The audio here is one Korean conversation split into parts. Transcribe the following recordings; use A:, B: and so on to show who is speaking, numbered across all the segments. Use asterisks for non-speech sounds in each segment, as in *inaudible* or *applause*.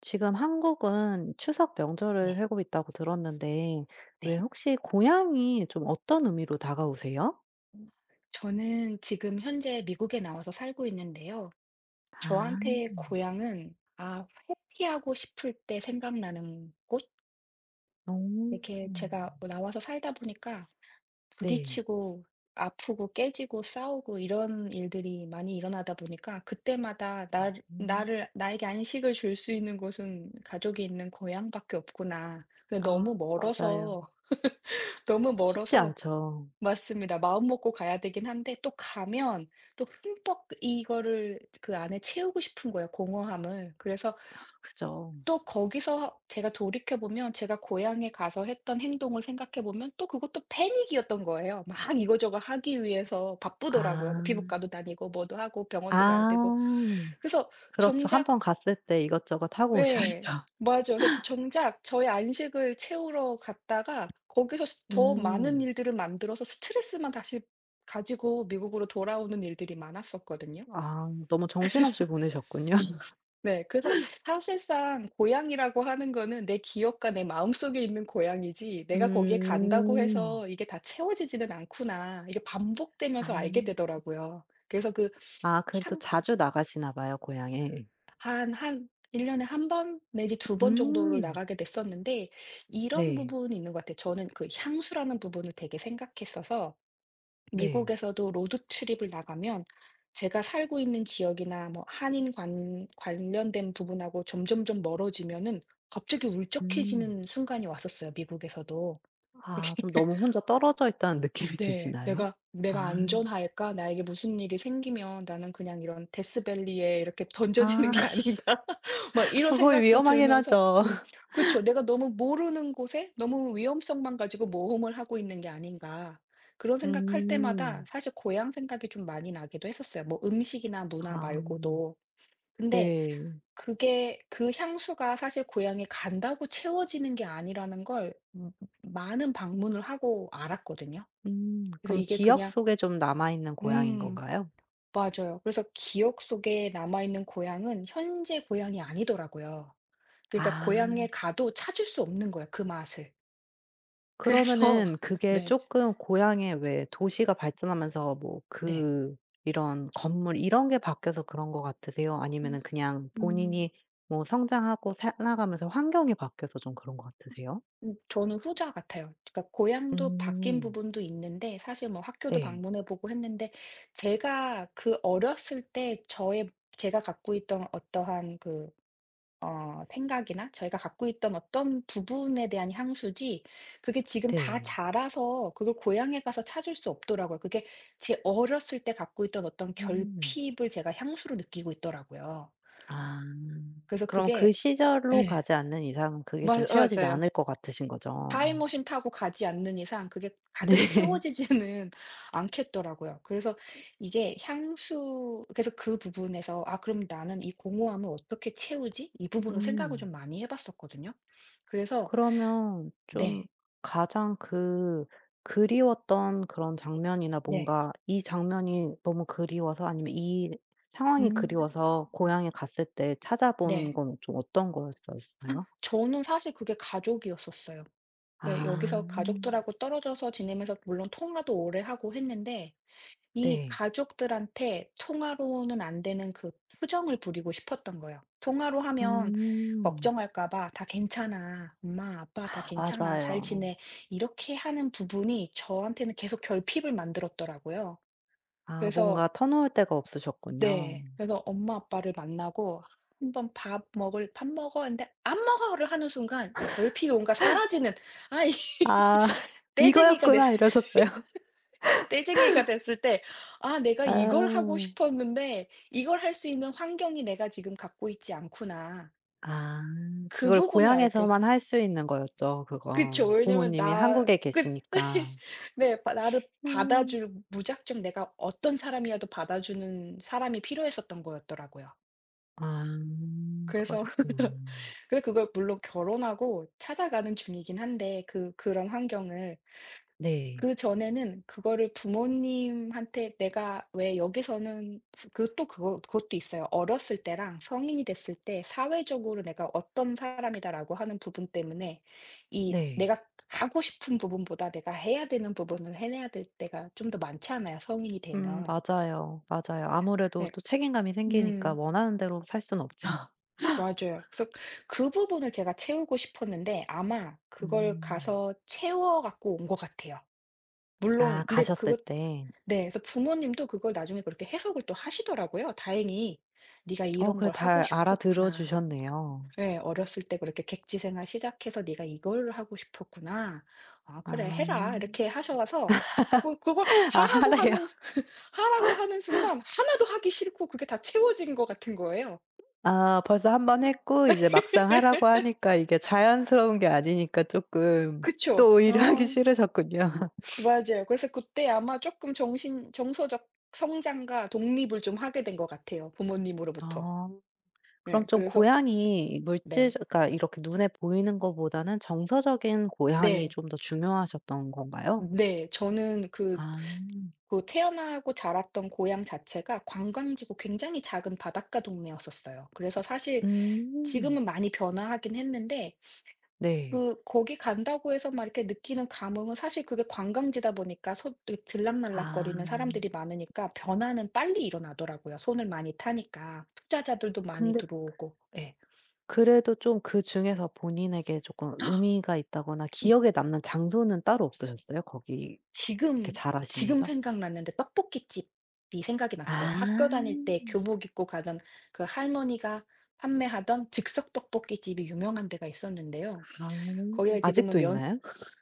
A: 지금 한국은 추석 명절을
B: 네.
A: 하고 있다고 들었는데 왜
B: 네.
A: 혹시 고향이 좀 어떤 의미로 다가오세요?
B: 저는 지금 현재 미국에 나와서 살고 있는데요.
A: 아.
B: 저한테 고향은 회피하고 싶을 때 생각나는 곳?
A: 오.
B: 이렇게 제가 나와서 살다 보니까
A: 네.
B: 부딪히고 아프고 깨지고 싸우고 이런 일들이 많이 일어나다 보니까 그때마다 나
A: 음.
B: 나를 나에게 안식을 줄 수 있는 곳은 가족이 있는 고향밖에 없구나. 근데 너무
A: 아 맞아요.
B: 멀어서 *laughs* 너무
A: 쉽지
B: 멀어서
A: 않죠.
B: 맞습니다. 마음먹고 가야 되긴 한데 또 가면 또 흠뻑 이거를 그 안에 채우고 싶은 거예요, 공허함을. 그래서
A: 그죠.
B: 또 거기서 제가 돌이켜 보면 제가 고향에 가서 했던 행동을 생각해 보면 또 그것도 패닉이었던 거예요. 막 이거저거 하기 위해서
A: 아.
B: 바쁘더라고요. 뭐 피부과도 다니고 뭐도 하고 병원도 가야 되고.
A: 아.
B: 그래서
A: 그렇죠. 한
B: 정작
A: 번 갔을 때 이것저것 하고
B: 네.
A: 오셔야죠.
B: 맞아요. 그래서 정작 저의 안식을 채우러 갔다가 거기서 스 더 많은
A: 음.
B: 일들을 만들어서 스트레스만 다시 가지고 미국으로 돌아오는 일들이 많았었거든요.
A: 아 너무 정신없이 보내셨군요. *laughs*
B: 네. 그래서 사실상 고향이라고 하는 거는 내 기억과 내 마음속에 있는 고향이지 내가 거기에 간다고
A: 음.
B: 해서 이게 다 채워지지는 않구나. 이게
A: 아.
B: 반복되면서 알게 되더라고요. 그래서 그
A: 아 그래도
B: 향
A: 자주 나가시나 봐요 고향에.
B: 한 한 1년 년에 한 번 내지 두 번 정도를
A: 음.
B: 나가게 됐었는데 이런
A: 네.
B: 부분이 있는 것 같아요. 저는 그 향수라는 부분을 되게 생각했어서
A: 네.
B: 미국에서도 로드 트립을 나가면 제가 살고 있는 지역이나 뭐 한인 관 관련된 부분하고 점점점 멀어지면은 갑자기
A: 음.
B: 울적해지는 순간이 왔었어요, 미국에서도.
A: 아 좀
B: *laughs*
A: 너무 혼자 떨어져 있다는 *laughs* 느낌이
B: 네.
A: 드시나요?
B: '내가
A: 아.
B: 안전할까? 나에게 무슨 일이 생기면 나는 그냥 이런 데스밸리에 이렇게 *laughs* 던져지는
A: 아. *laughs*
B: 게 아닌가?' *laughs* 막 이런
A: 어 거의
B: 생각도
A: 위험하긴
B: 들면서
A: 하죠. *laughs*
B: 그죠, '내가 너무 모르는 곳에 너무 위험성만 가지고 모험을 하고 있는 게 아닌가?' 그런 생각할 때마다
A: 음.
B: 사실 고향 생각이 좀 많이 나기도 했었어요, 뭐 음식이나 문화
A: 아.
B: 말고도. 근데
A: 네.
B: 그게 그 향수가 사실 고향에 간다고 채워지는 게 아니라는 걸 많은 방문을 하고 알았거든요.
A: 음.
B: 그래서
A: 그럼
B: 이게
A: 기억
B: 그냥
A: 속에 좀 남아 있는 고양이인
B: 음,
A: 건가요?
B: 맞아요. 그래서 기억 속에 남아있는 고향은 현재 고향이 아니더라고요. 그러니까 고향에
A: 아.
B: 가도 찾을 수 없는 거예요, 그 맛을. 그래서
A: 그러면은
B: *laughs*
A: 그게
B: 네,
A: 조금 고향에 왜 도시가 발전하면서 뭐
B: 네.
A: 그 이런 건물 이런 게 바뀌어서 그런 것 같으세요?
B: 음.
A: 아니면은 그냥
B: 음,
A: 본인이 뭐 성장하고 살아가면서 환경이 바뀌어서 좀 그런 것 같으세요?
B: 저는 후자 같아요. 그러니까 고향도 바뀐
A: 음.
B: 부분도 있는데 사실 뭐 학교도
A: 네.
B: 방문해 보고 했는데 제가 그 어렸을 때 저의 제가 갖고 있던 어떠한 그 생각이나 저희가 갖고 있던 어떤 부분에 대한 향수지, 그게 지금 다
A: 네.
B: 자라서 그걸 고향에 가서 찾을 수 없더라고요. 그게 제 어렸을 때 갖고 있던 어떤
A: 음.
B: 결핍을 제가 향수로 느끼고 있더라고요.
A: 아.
B: 그래서
A: 그럼 그
B: 그게
A: 시절로
B: 예.
A: 가지 않는 이상 그게 좀
B: 맞
A: 채워지지
B: 맞아요.
A: 않을 것 같으신 거죠?
B: 타임머신 타고 가지 않는 이상 그게 가득
A: 네.
B: 채워지지는 *laughs* 않겠더라고요. 그래서 이게 향수, 그래서 그 부분에서 '아 그럼 나는 이 공허함을 어떻게 채우지?' 이 부분을 생각을
A: 음.
B: 좀 많이 해 봤었거든요. 그래서
A: 그러면 좀
B: 네.
A: 가장 그 그리웠던 그런 장면이나
B: 네.
A: 뭔가 이 장면이 너무 그리워서 아니면 이 상황이
B: 음.
A: 그리워서 고향에 갔을 때 찾아본
B: 네.
A: 건 좀 어떤 거였었어요?
B: 저는 사실 그게 가족이었었어요. 그러니까
A: 아.
B: 여기서 가족들하고 떨어져서 지내면서 물론 통화도 오래 하고 했는데 이
A: 네.
B: 가족들한테 통화로는 안 되는 그 투정을 부리고 싶었던 거예요. 통화로 하면
A: 음.
B: 걱정할까 봐 "다 괜찮아. 엄마, 아빠 다 괜찮아. 잘
A: 맞아요.
B: 지내." 이렇게 하는 부분이 저한테는 계속 결핍을 만들었더라고요.
A: 아
B: 그래서
A: 뭔가 터놓을 데가 없으셨군요.
B: 네. 그래서 엄마 아빠를 만나고 한번 "밥 먹을 밥 먹어." 했는데 "안 먹어."를 하는 순간 결핍이 뭔가 사라지는 아 이 *laughs*
A: 아. *laughs*
B: 떼쟁이가 됐
A: 이거였구나 이러셨어요?
B: 떼쟁이가 됐을 때 '아 내가
A: 아.
B: 이걸 하고 싶었는데 이걸 할 수 있는 환경이 내가 지금 갖고 있지 않구나.'
A: 아.
B: 그
A: 그걸
B: 부분을 알게 돼
A: 고향에서만 할 수 있는 거였죠
B: 그쵸.
A: 그건.
B: 왜냐면
A: 부모님이
B: 나
A: 한국에
B: 그
A: 계시니까.
B: *laughs* 네. 바 나를
A: 음.
B: 받아줄, 무작정 내가 어떤 사람이어도 받아주는 사람이 필요했었던 거였더라고요.
A: 아
B: 그래서
A: 그러셨구나.
B: *laughs* 근데 그걸 물론 결혼하고 찾아가는 중이긴 한데 그 그런 환경을
A: 네.
B: 그전에는 그거를 부모님한테 내가 왜 여기서는 그 또 그거 그것도 있어요. 어렸을 때랑 성인이 됐을 때 사회적으로 '내가 어떤 사람이다.'라고 하는 부분 때문에 이
A: 네.
B: 내가 하고 싶은 부분보다 내가 해야 되는 부분을 해내야 될 때가 좀 더 많잖아요, 성인이 되면.
A: 맞아요, 맞아요. 아무래도
B: 네.
A: 또 책임감이 생기니까
B: 음.
A: 원하는 대로 살 수는 없죠. *laughs*
B: 맞아요. 그래서 그 부분을 제가 채우고 싶었는데 아마 그걸
A: 음.
B: 가서 채워 갖고 온 것 같아요. 물론
A: 아
B: 근데
A: 가셨을
B: 그것
A: 때.
B: 네. 그래서 부모님도 그걸 나중에 그렇게 해석을 또 하시더라고요. 다행히 "네가
A: 어
B: 이런
A: 그걸
B: 걸 하고
A: 잘 알아들어
B: 싶었구나.
A: 주셨네요.
B: 예. 어렸을 때 그렇게 객지 생활 시작해서 네가 이걸 하고 싶었구나. 아 그래 해라."
A: 아.
B: 이렇게 하셔서 그걸
A: 아 *laughs*
B: 하라고
A: 하래요?
B: 하는 *laughs* 하라고 하는 순간 하나도 하기 싫고 그게 다 채워진 것 같은 거예요.
A: 아 벌써 한번 했고 이제 막상 하라고 하니까 이게 자연스러운 게 아니니까 쪼끔 또
B: 그쵸?
A: 오히려 하기
B: 어.
A: 싫으셨군요. *laughs*
B: 맞아요. 그래서 그때 아마 조금 정신 정서적 성장과 독립을 좀 하게 된 것 같아요, 부모님으로부터.
A: 아. 그럼
B: 네.
A: 좀
B: 그래서
A: 고향이
B: 네.
A: 물질적 그러니까 이렇게 눈에 보이는 거보다는 정서적인 고향이
B: 네.
A: 좀 더 중요하셨던 건가요?
B: 네. 저는 그
A: 아.
B: 그 태어나고 자랐던 고향 자체가 관광지고 굉장히 작은 바닷가 동네였었어요. 그래서 사실
A: 음.
B: 지금은 많이 변화하긴 했는데
A: 네.
B: 그 거기 간다고 해서 막 이렇게 느끼는 감흥은 사실, 그게 관광지다 보니까 소 이렇게
A: 아.
B: 들락날락거리는 사람들이 많으니까 변화는 빨리 일어나더라고요. 손을 많이 타니까. 투자자들도 많이
A: 근데
B: 들어오고. 예.
A: 그래도 좀 그중에서 본인에게 조금 의미가 있다거나
B: 이
A: 기억에 남는 장소는 따로 없으셨어요? 거기 이렇게
B: 지금, 지금
A: 자라시면서?
B: 생각났는데 떡볶이집이 생각이 났어요.
A: 아.
B: 학교 다닐 때 교복 입고 가던 그 할머니가 판매하던 즉석 떡볶이집이 유명한 데가 있었는데요.
A: 아.
B: 거기가 지금은
A: 아직도
B: 면
A: 있나요?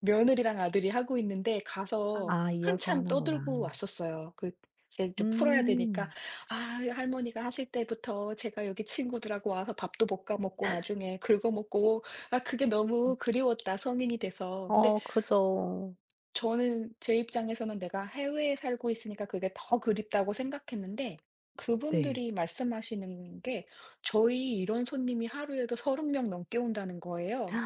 B: 며느리랑 아들이 하고 있는데, 가서
A: 아 이어서
B: 한참
A: 하는구나.
B: 떠들고 왔었어요. 그제좀 풀어야 되니까
A: 음.
B: "아 할머니가 하실 때부터 제가 여기 친구들하고 와서 밥도 볶아 먹고 나중에 긁어 먹고 아 그게 너무
A: 음.
B: 그리웠다 성인이 돼서." 근데
A: 어 그죠.
B: 저는 제 입장에서는 내가 해외에 살고 있으니까 그게 더 그립다고 생각했는데
A: 네.
B: 그분들이 말씀하시는 게 저희 이런 손님이 하루에도 30명 넘게 온다는 거예요.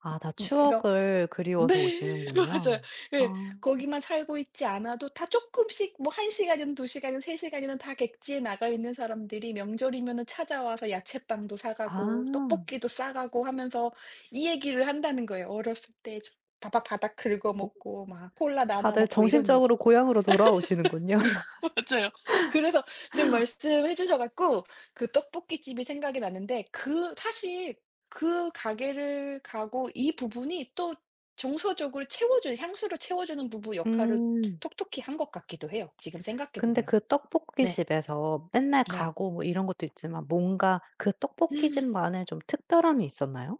A: 아 다
B: 그러니까
A: 추억을 그리워서
B: 네. *laughs*
A: 오시는군요.
B: 맞아요. 예.
A: 아.
B: 거기만 살고 있지 않아도 다 조금씩뭐 1시간 시간이든 2시간 시간이든 3시간 시간이든 다 객지에 나가 있는 사람들이 명절이면은 찾아와서 야채빵도 사 가고
A: 아.
B: 떡볶이도 싸 가고 하면서 이 얘기를 한다는 거예요. 어렸을 때 바바 바닥 긁어
A: 고
B: 먹고 막 콜라 남아
A: 다들
B: 먹고 이런 얘기.
A: 정신적으로 고향으로 돌아오시는군요. *laughs*
B: *laughs* 맞아요. 그래서 지금 말씀해 주셔 갖고 그 떡볶이집이 생각이 났는데, 그 사실 그 가게를 가고 이 부분이 또 정서적으로 채워주는 향수를 채워주는 부분 역할을
A: 음.
B: 톡톡히 한 것 같기도 해요, 지금 생각해
A: 근데
B: 보면.
A: 그
B: 네.
A: 떡볶이집에서 맨날
B: 네.
A: 가고 뭐 이런 것도 있지만 뭔가 그 떡볶이집만의 좀 특별함이 있었나요?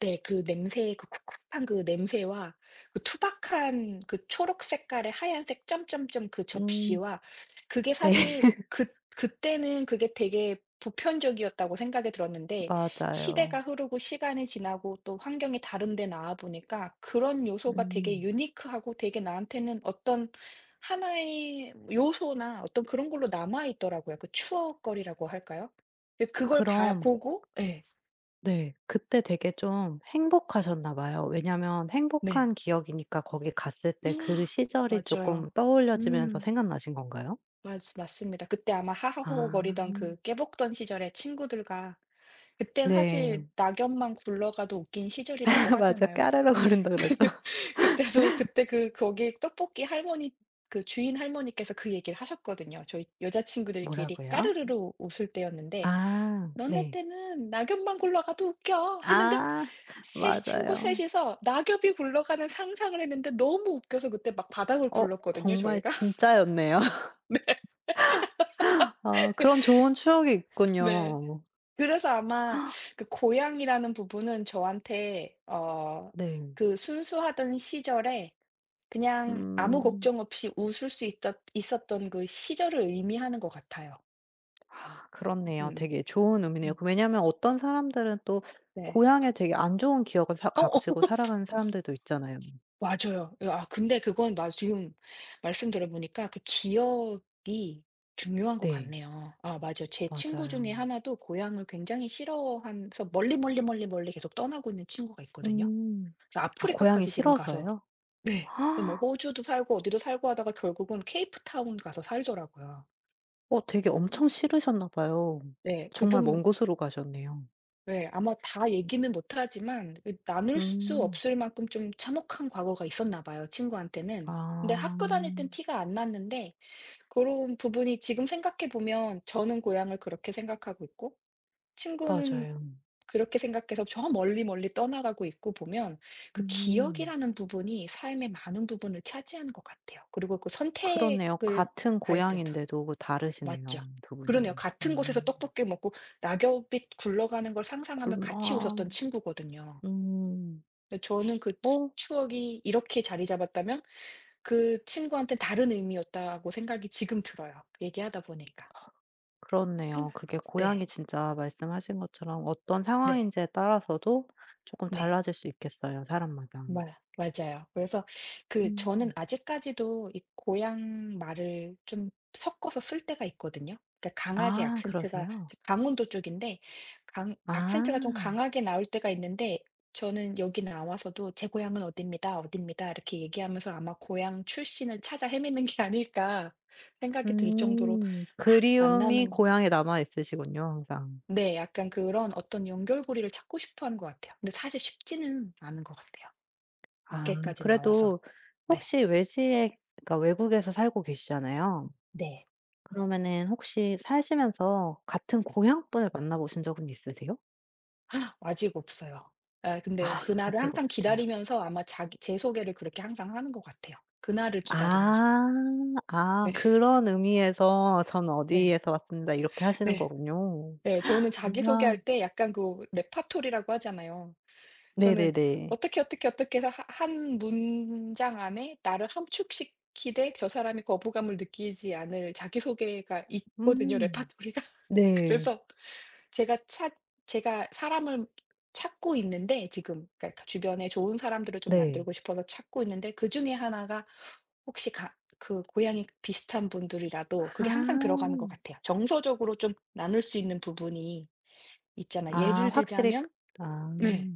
B: 네. 그 냄새 그 쿡쿡한 그 냄새와 그 투박한 그 초록 색깔의 하얀색 점점점 그
A: 음.
B: 접시와 그게
A: 네.
B: 사실 그 그때는 그게 되게 보편적이었다고 생각이 들었는데
A: 맞아요.
B: 시대가 흐르고 시간이 지나고 또 환경이 다른 데 나와 보니까 그런 요소가 되게
A: 음.
B: 유니크하고 되게 나한테는 어떤 하나의 요소나 어떤 그런 걸로 남아 있더라고요. 그 추억거리라고 할까요? 근데 그걸 봐
A: 그럼
B: 보고 예.
A: 네. 그때 되게 좀 행복하셨나 봐요. 왜냐면
B: 네.
A: 행복한 기억이니까 거기 갔을 때 그
B: 아
A: 시절이 쪼끔
B: 맞아요.
A: 떠올려지면서
B: 음.
A: 생각나신 건가요?
B: 맞 맞습니다. 그때 아마
A: 아.
B: 하하호호거리던 그 깨복던 시절에 친구들과 그땐
A: 네.
B: 사실 낙엽만 굴러가도 웃긴
A: *laughs*
B: 시절이라고
A: 아 맞아.
B: 하잖아요.
A: 까르르 거린다 그러죠.
B: *laughs* 그때도 그때 그 거기 떡볶이 할머니 그 주인 할머니께서 그 얘기를 하셨거든요. 저희 여자친구들끼리
A: 뭐라고요?
B: 까르르르 웃을 때였는데
A: 아
B: "너네
A: 네.
B: 때는 낙엽만 굴러가도 웃겨." 했는데
A: 아
B: 셋 친구 셋
A: 맞아요.
B: 이서 낙엽이 굴러가는 상상을 했는데 너무 웃겨서 그때 막 바닥을
A: 어
B: 굴렀거든요,
A: 정말
B: 저희가.
A: 진짜였네요. *laughs* 아 그런 좋은 추억이
B: 네.
A: 있군요.
B: 그래서 아마 그 고향이라는 부분은 저한테
A: 네.
B: 그 순수하던 시절에 그냥 아무
A: 음.
B: 걱정 없이 웃을 수 있던 있었던 그 시절을 의미하는 것 같아요.
A: 아 그렇네요.
B: 음.
A: 되게 좋은 의미네요.
B: 음.
A: 그 왜냐하면 어떤 사람들은 또
B: 네.
A: 고향에 되게 안 좋은 기억을 사
B: 어 어
A: 가지고 살아가는 사람들도 있잖아요.
B: 맞아요. 예 근데 그건 나 지금 말씀 들어 보니까 그 기억이 중요한 것
A: 네.
B: 같네요. 아 맞아요. 제 친구 중에
A: 맞아요.
B: 하나도 고향을 굉장히 싫어하면서 멀리, 멀리, 멀리, 멀리 계속 떠나고 있는 친구가 있거든요.
A: 음.
B: 그래서
A: 아 고향이
B: 아프리카까지 지금 가서
A: 싫어서요? *gasps*
B: 네. 그 뭐
A: 아,
B: 호주도 살고 어디도 살고 하다가 결국은 케이프타운 가서 살더라고요.
A: 어 되게 엄청 싫으셨나 봐요.
B: 네. 그
A: 정말
B: 좀
A: 먼 곳으로 가셨네요.
B: 네, 아마 다 얘기는 못 하지만 그 나눌 수
A: 음.
B: 없을 만큼 좀 참혹한 과거가 있었나 봐요, 친구한테는. 근데
A: 아.
B: 학교 다닐 땐 티가 안 났는데 고런 부분이 지금 생각해 보면, 저는 고향을 그렇게 생각하고 있고 친구는
A: 맞아요.
B: 그렇게 생각해서 저 멀리 멀리 떠나가고 있고 보면 그
A: 음.
B: 기억이라는 부분이 삶의 많은 부분을 차지하는 것 같아요, 그리고 그
A: 그렇네요.
B: 선택을
A: 같은
B: 할 때도.
A: 고향인데도
B: 맞죠.
A: 다르시네요, 두
B: 그러네요.
A: 분이.
B: 같은 곳에서
A: 음.
B: 떡볶이를 먹고 낙엽이 굴러가는 걸 상상하며 같이 웃었던
A: 굴러
B: 친구거든요.
A: 음.
B: 근데 저는 그 추
A: 어
B: 추억이 이렇게 자리 잡았다면 그 친구한테 다른 의미였다고 생각이 지금 들어요, 얘기하다 보니까. 음.
A: 그렇네요. 그게 고향이
B: 네.
A: 진짜 말씀하신 것처럼 어떤
B: 네.
A: 상황인지에 따라서도 조금
B: 네.
A: 달라질 수 있겠어요, 사람마다.
B: 맞아. 맞아요. 그래서 그 저는
A: 음.
B: 아직까지도 이 고향 말을 좀 섞어서 쓸 때가 있거든요. 그러니까 강하게
A: 아
B: 악센트가
A: 그러세요?
B: 저 강원도 쪽인데 강 악센트가 좀
A: 아.
B: 강하게 나올 때가 있는데 저는 여기 나와서도 "제 고향은 어디입니다. 어디입니다." 이렇게 얘기하면서 아마 고향 출신을 찾아 헤매는 게 아닐까 생각이 들 정도로
A: 음.
B: 막
A: 그리움이
B: 만나는
A: 고향에 남아 있으시군요, 항상.
B: 네, 약간 그런 어떤 연결고리를 찾고 싶어 하는 것 같아요. 근데 사실 쉽지는 않은 것 같아요.
A: 아
B: 늦게까지 나와서.
A: 그래도
B: 네.
A: 혹시 외지에 그러니까 외국에서 살고 계시잖아요.
B: 네.
A: 그러면은 혹시 사시면서 같은
B: 네.
A: 고향 분을 만나 보신 적은 있으세요?
B: 아직 없어요. 예 근데
A: 아
B: 그날을
A: 아직
B: 항상
A: 없으세요.
B: 기다리면서 아마 자기 제 소개를 그렇게 항상 하는 것 같아요. 그날을 기다리면서.
A: 아. 아
B: 네.
A: 그런 의미에서 "전
B: 네.
A: 어디에서 왔습니다." 이렇게 하시는
B: 네.
A: 거군요.
B: 예 저는
A: 아.
B: 자기소개할 때 약간 그 레파토리라고 하잖아요. 저는
A: 네네네.
B: 어떻게, 어떻게, 어떻게 해서 하 한 문장 안에 나를 함축시키되 저 사람이 거부감을 느끼지 않을 자기소개가 있거든요,
A: 음.
B: 레퍼토리가. *laughs*
A: 네.
B: 그래서 제가 찾 제가 사람을 찾고 있는데 지금, 그러니까 주변에 좋은 사람들을 좀
A: 네.
B: 만들고 싶어서 찾고 있는데 그중에 하나가 혹시 가 그 고향이 비슷한 분들이라도
A: 아.
B: 그게 항상 들어가는 것 같아요. 정서적으로 좀 나눌 수 있는 부분이 있잖아요.
A: 아
B: 예를
A: 확실히 그
B: 들자면
A: 아.
B: 네.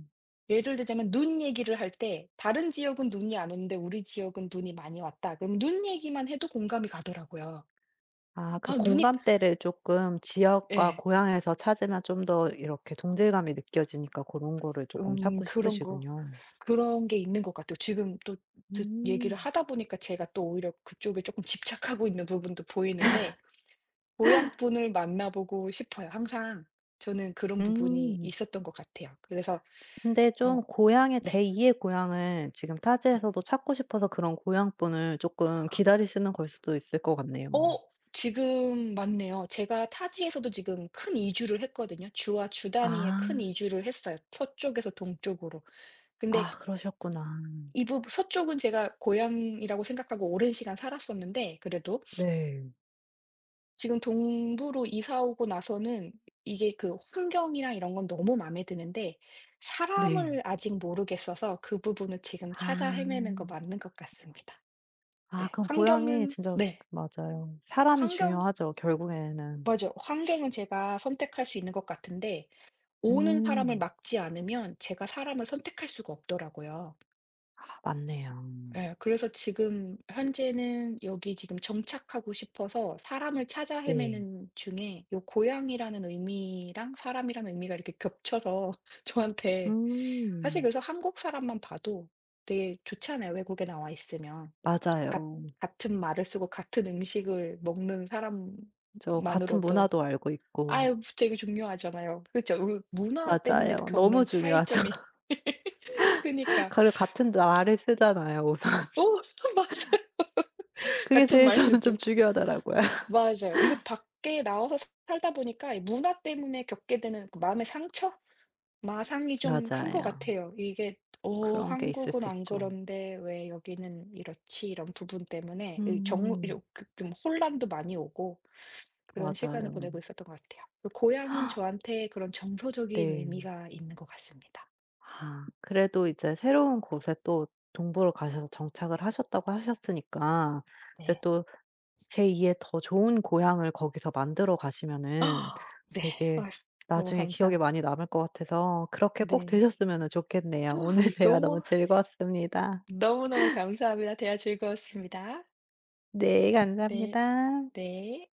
B: 예를 들자면 눈 얘기를 할 때 "다른 지역은 눈이 안 오는데 우리 지역은 눈이 많이 왔다." 그럼 눈 얘기만 해도 공감이 가더라고요.
A: 아 그
B: 아 눈이
A: 공감대를 쪼끔 지역과
B: 예.
A: 고향에서 찾으면 좀 더 이렇게 동질감이 느껴지니까 고런 거를 쪼끔 찾고
B: 그런 거
A: 싶으시군요.
B: 그런 게 있는 것 같아요. 지금 또 듣 얘기를
A: 음.
B: 하다 보니까 제가 또 오히려 그쪽에 쪼끔 집착하고 있는 부분도 보이는데 고향 분을 만나보고 싶어요. 항상 저는 그런 부분이
A: 음.
B: 있었던 것 같아요. 그래서
A: 근데
B: 어
A: 좀 고향의
B: 네.
A: 제2의 고향을 지금 타지에서도 찾고 싶어서 그런 고향분을 쪼끔 기다리시는 걸 수도 있을 것 같네요.
B: 어 지금 맞네요. 제가 타지에서도 지금 큰 이주를 했거든요. 주와 주 단위의
A: 아.
B: 큰 이주를 했어요, 서쪽에서 동쪽으로. 근데
A: 아 그러셨구나.
B: 이 부분 서쪽은 제가 고향이라고 생각하고 오랜 시간 살았었는데 그래도
A: 네.
B: 지금 동부로 이사 오고 나서는 이게 그 환경이랑 이런 건 너무 마음에 드는데
A: 네.
B: 사람을 아직 모르겠어서 그 부분을 지금
A: 아.
B: 찾아 헤매는 거 맞는 것 같습니다.
A: 아
B: 네.
A: 그럼 고향이
B: 환경은
A: 진짜
B: 네.
A: 맞아요. 사람이
B: 환경
A: 중요하죠 결국에는.
B: 맞아요. 환경은 제가 선택할 수 있는 것 같은데 오는 사람을
A: 음.
B: 막지 않으면 제가 사람을 선택할 수가 없더라고요.
A: 아 맞네요.
B: 예. 그래서 지금 현재는 여기 지금 정착하고 싶어서 사람을 찾아
A: 네.
B: 헤매는 중에 요 고향이라는 의미랑 사람이라는 의미가 이렇게 겹쳐서 *laughs* 저한테 사실
A: 음.
B: 그래서 한국 사람만 봐도 되게 좋잖아요, 외국에 나와 있으면. 같
A: 맞아요.
B: 같은 말을 쓰고 같은 음식을 먹는
A: 저 같은
B: 사람만으로도
A: 문화도 알고 있고.
B: 아유 되게 중요하잖아요. 그렇죠. 우 문화 때문에
A: 맞아요. 너무
B: 겪는
A: 중요하죠.
B: 차이점이
A: *laughs*
B: 그니까.
A: 그리고 같은 말을 쓰잖아요 우선.
B: 오 *laughs* 맞아요.
A: 그게
B: 같은
A: 제일
B: 말
A: 저는 좀
B: 쓰고.
A: 중요하더라고요. *laughs*
B: 맞아요. 이게 밖에 나와서 살다 보니까 이 문화 때문에 겪게 되는 그 마음의 상처? 마상이 좀 큰 것
A: 맞아요.
B: 같아요. 이게 '어
A: 그런 게 있을
B: 한국은
A: 수
B: 안
A: 있죠.
B: 그런데 왜 여기는 이렇지?' 이런 부분 때문에 이 정
A: 음
B: 요 그좀 혼란도 많이 오고 그런 시간을 보내고
A: 맞아요.
B: 있었던 것 같아요. 그 고향은 저한테 그런 정서적인
A: 네.
B: 의미가 있는 것 같습니다.
A: 아 그래도 이제 새로운 곳에 또 동부로 가셔서 정착을 하셨다고 하셨으니까 이제
B: 네.
A: 또 제2의 더 좋은 고향을 거기서 만들어 가시면은
B: 아, 네.
A: 되게
B: 어휴 너무
A: 나중에 기억에
B: 감사
A: 많이 남을 것 같아서 그렇게 꼭
B: 네.
A: 되셨으면은 좋겠네요. 오늘 대화 너무
B: 너무
A: 즐거웠습니다.
B: 너무너무 감사합니다. 대화 즐거웠습니다.
A: 네
B: 네.
A: 감사합니다.
B: 네.